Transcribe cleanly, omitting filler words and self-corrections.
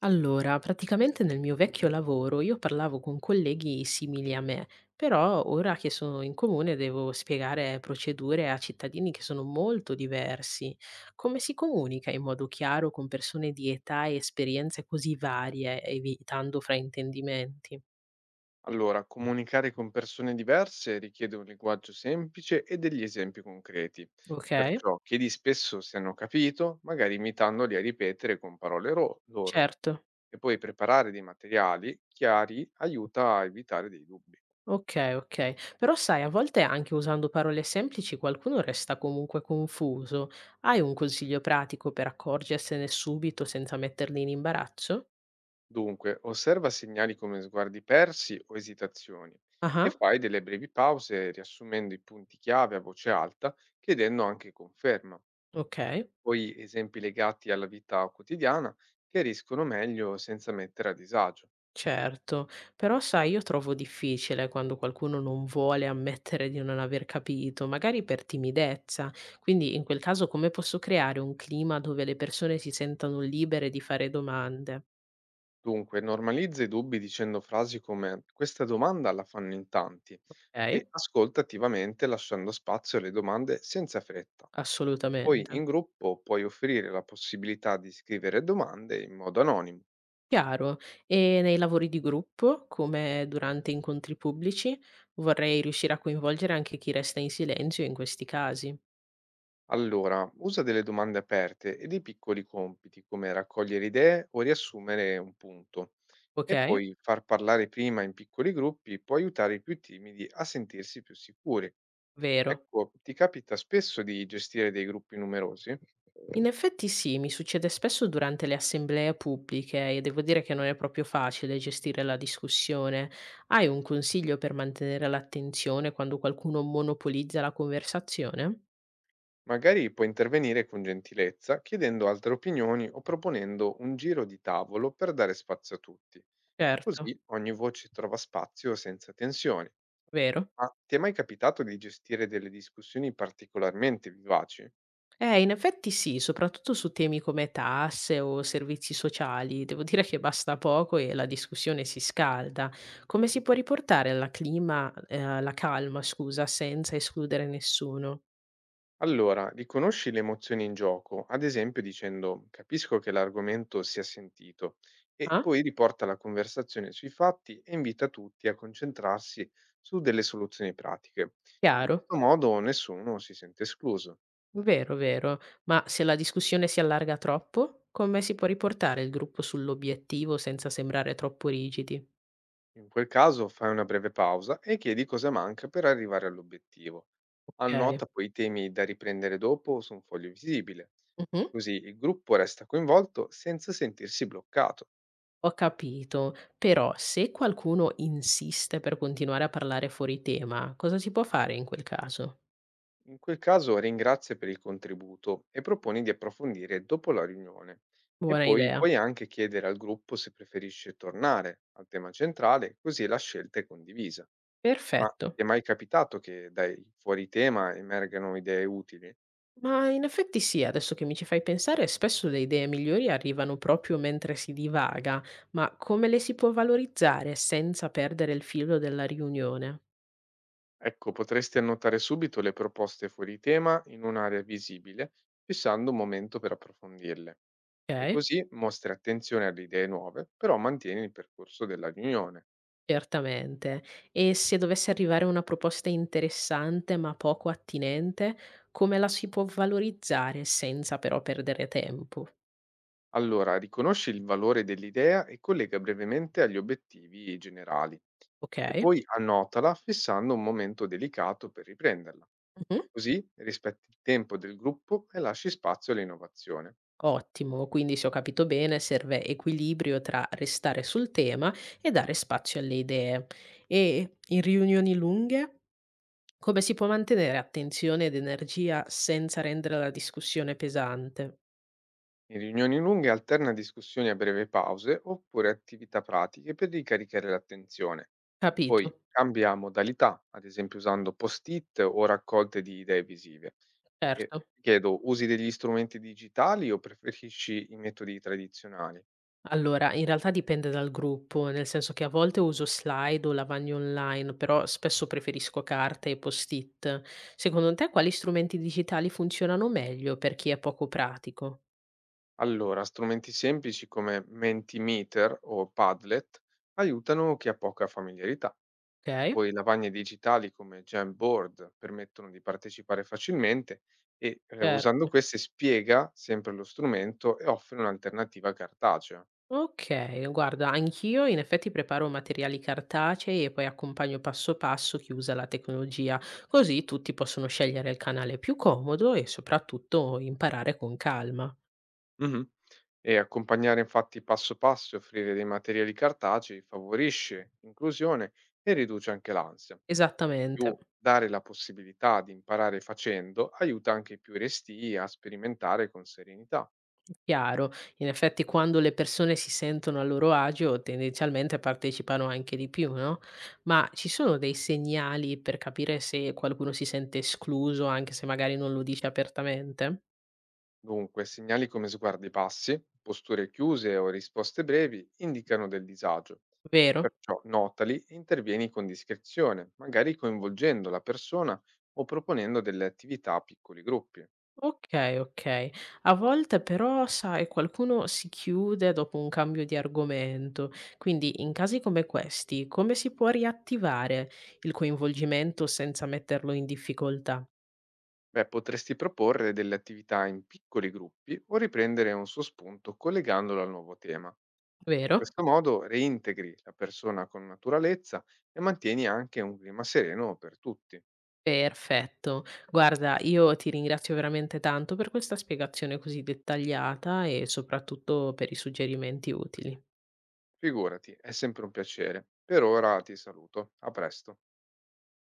Allora, praticamente nel mio vecchio lavoro io parlavo con colleghi simili a me, però ora che sono in comune devo spiegare procedure a cittadini che sono molto diversi. Come si comunica in modo chiaro con persone di età e esperienze così varie, evitando fraintendimenti? Allora, comunicare con persone diverse richiede un linguaggio semplice e degli esempi concreti. Ok, Perciò chiedi spesso se hanno capito, magari imitandoli a ripetere con parole loro. certo. E poi preparare dei materiali chiari aiuta a evitare dei dubbi. Okay, okay. Però sai, a volte anche usando parole semplici qualcuno resta comunque confuso. Hai un consiglio pratico per accorgersene subito senza metterli in imbarazzo? Dunque, osserva segnali come sguardi persi o esitazioni Ah-ah, e fai delle brevi pause riassumendo i punti chiave a voce alta, chiedendo anche conferma. okay, Poi esempi legati alla vita quotidiana che chiariscono meglio senza mettere a disagio. certo. Però sai, io trovo difficile quando qualcuno non vuole ammettere di non aver capito, magari per timidezza. Quindi in quel caso come posso creare un clima dove le persone si sentano libere di fare domande? Dunque, normalizza i dubbi dicendo frasi come questa domanda la fanno in tanti Okay, e ascolta attivamente lasciando spazio alle domande senza fretta. Poi assolutamente. in gruppo puoi offrire la possibilità di scrivere domande in modo anonimo. Chiaro. E nei lavori di gruppo, come durante incontri pubblici, vorrei riuscire a coinvolgere anche chi resta in silenzio in questi casi. Allora, usa delle domande aperte e dei piccoli compiti come raccogliere idee o riassumere un punto. E Ok? poi far parlare prima in piccoli gruppi può aiutare i più timidi a sentirsi più sicuri. Vero. Ecco, ti capita spesso di gestire dei gruppi numerosi? In effetti sì, mi succede spesso durante le assemblee pubbliche e devo dire che non è proprio facile gestire la discussione. Hai un consiglio per mantenere l'attenzione quando qualcuno monopolizza la conversazione? Magari puoi intervenire con gentilezza, chiedendo altre opinioni o proponendo un giro di tavolo per dare spazio a tutti. Certo, Così ogni voce trova spazio senza tensioni. vero. Ma ti è mai capitato di gestire delle discussioni particolarmente vivaci? In effetti sì, soprattutto su temi come tasse o servizi sociali, devo dire che basta poco e la discussione si scalda. Come si può riportare alla clima, alla calma, scusa, senza escludere nessuno? Allora, riconosci le emozioni in gioco, ad esempio dicendo capisco che l'argomento sia sentito e Ah? poi riporta la conversazione sui fatti e invita tutti a concentrarsi su delle soluzioni pratiche. In Chiaro? questo modo nessuno si sente escluso. Vero, vero. Ma se la discussione si allarga troppo, come si può riportare il gruppo sull'obiettivo senza sembrare troppo rigidi? In quel caso fai una breve pausa e chiedi cosa manca per arrivare all'obiettivo. Ok. Annota poi i temi da riprendere dopo su un foglio visibile, Mhm. così il gruppo resta coinvolto senza sentirsi bloccato. Ho capito, però se qualcuno insiste per continuare a parlare fuori tema, cosa si può fare in quel caso? In quel caso ringrazia per il contributo e proponi di approfondire dopo la riunione. E Buona poi idea. puoi anche chiedere al gruppo se preferisce tornare al tema centrale, così la scelta è condivisa. Ma Perfetto. ti è mai capitato che dai fuori tema emergano idee utili? Ma in effetti sì, adesso che mi ci fai pensare, spesso le idee migliori arrivano proprio mentre si divaga, ma come le si può valorizzare senza perdere il filo della riunione? Ecco, potresti annotare subito le proposte fuori tema in un'area visibile, fissando un momento per approfondirle. E Ok? così mostri attenzione alle idee nuove, però mantieni il percorso della riunione. Certamente. E se dovesse arrivare una proposta interessante ma poco attinente, come la si può valorizzare senza però perdere tempo? Allora, riconosci il valore dell'idea e collega brevemente agli obiettivi generali e Okay. poi annotala fissando un momento delicato per riprenderla. Mh-mh. Così rispetti il tempo del gruppo e lasci spazio all'innovazione. Ottimo, quindi se ho capito bene serve equilibrio tra restare sul tema e dare spazio alle idee. E in riunioni lunghe come si può mantenere attenzione ed energia senza rendere la discussione pesante? In riunioni lunghe alterna discussioni a breve pause oppure attività pratiche per ricaricare l'attenzione. Poi Capito, cambia modalità, ad esempio usando post-it o raccolte di idee visive. E certo. ti chiedo, usi degli strumenti digitali o preferisci i metodi tradizionali? Allora, in realtà dipende dal gruppo, nel senso che a volte uso slide o lavagno online, però spesso preferisco carta e post-it. Secondo te quali strumenti digitali funzionano meglio per chi è poco pratico? Allora, strumenti semplici come Mentimeter o Padlet aiutano chi ha poca familiarità. E Okay, poi lavagne digitali come Jamboard permettono di partecipare facilmente e usando certo. queste spiega sempre lo strumento e offre un'alternativa cartacea. Okay, guarda anch'io in effetti preparo materiali cartacei e poi accompagno passo passo chi usa la tecnologia, così tutti possono scegliere il canale più comodo e soprattutto imparare con calma. Mhm. E accompagnare infatti passo passo e offrire dei materiali cartacei favorisce l'inclusione e riduce anche l'ansia. In Esattamente, più, dare la possibilità di imparare facendo aiuta anche i più restii a sperimentare con serenità. chiaro. In effetti quando le persone si sentono a loro agio tendenzialmente partecipano anche di più, no, ma ci sono dei segnali per capire se qualcuno si sente escluso anche se magari non lo dice apertamente? Dunque, segnali come sguardi passi, posture chiuse o risposte brevi indicano del disagio. Vero? Perciò notali e intervieni con discrezione, magari coinvolgendo la persona o proponendo delle attività a piccoli gruppi. Okay, okay. A volte però, sai, qualcuno si chiude dopo un cambio di argomento, quindi in casi come questi, come si può riattivare il coinvolgimento senza metterlo in difficoltà? Beh, potresti proporre delle attività in piccoli gruppi o riprendere un suo spunto collegandolo al nuovo tema. In Vero? questo modo reintegri la persona con naturalezza e mantieni anche un clima sereno per tutti. Perfetto. Guarda, io ti ringrazio veramente tanto per questa spiegazione così dettagliata e soprattutto per i suggerimenti utili. Figurati, è sempre un piacere. Per ora ti saluto. A presto.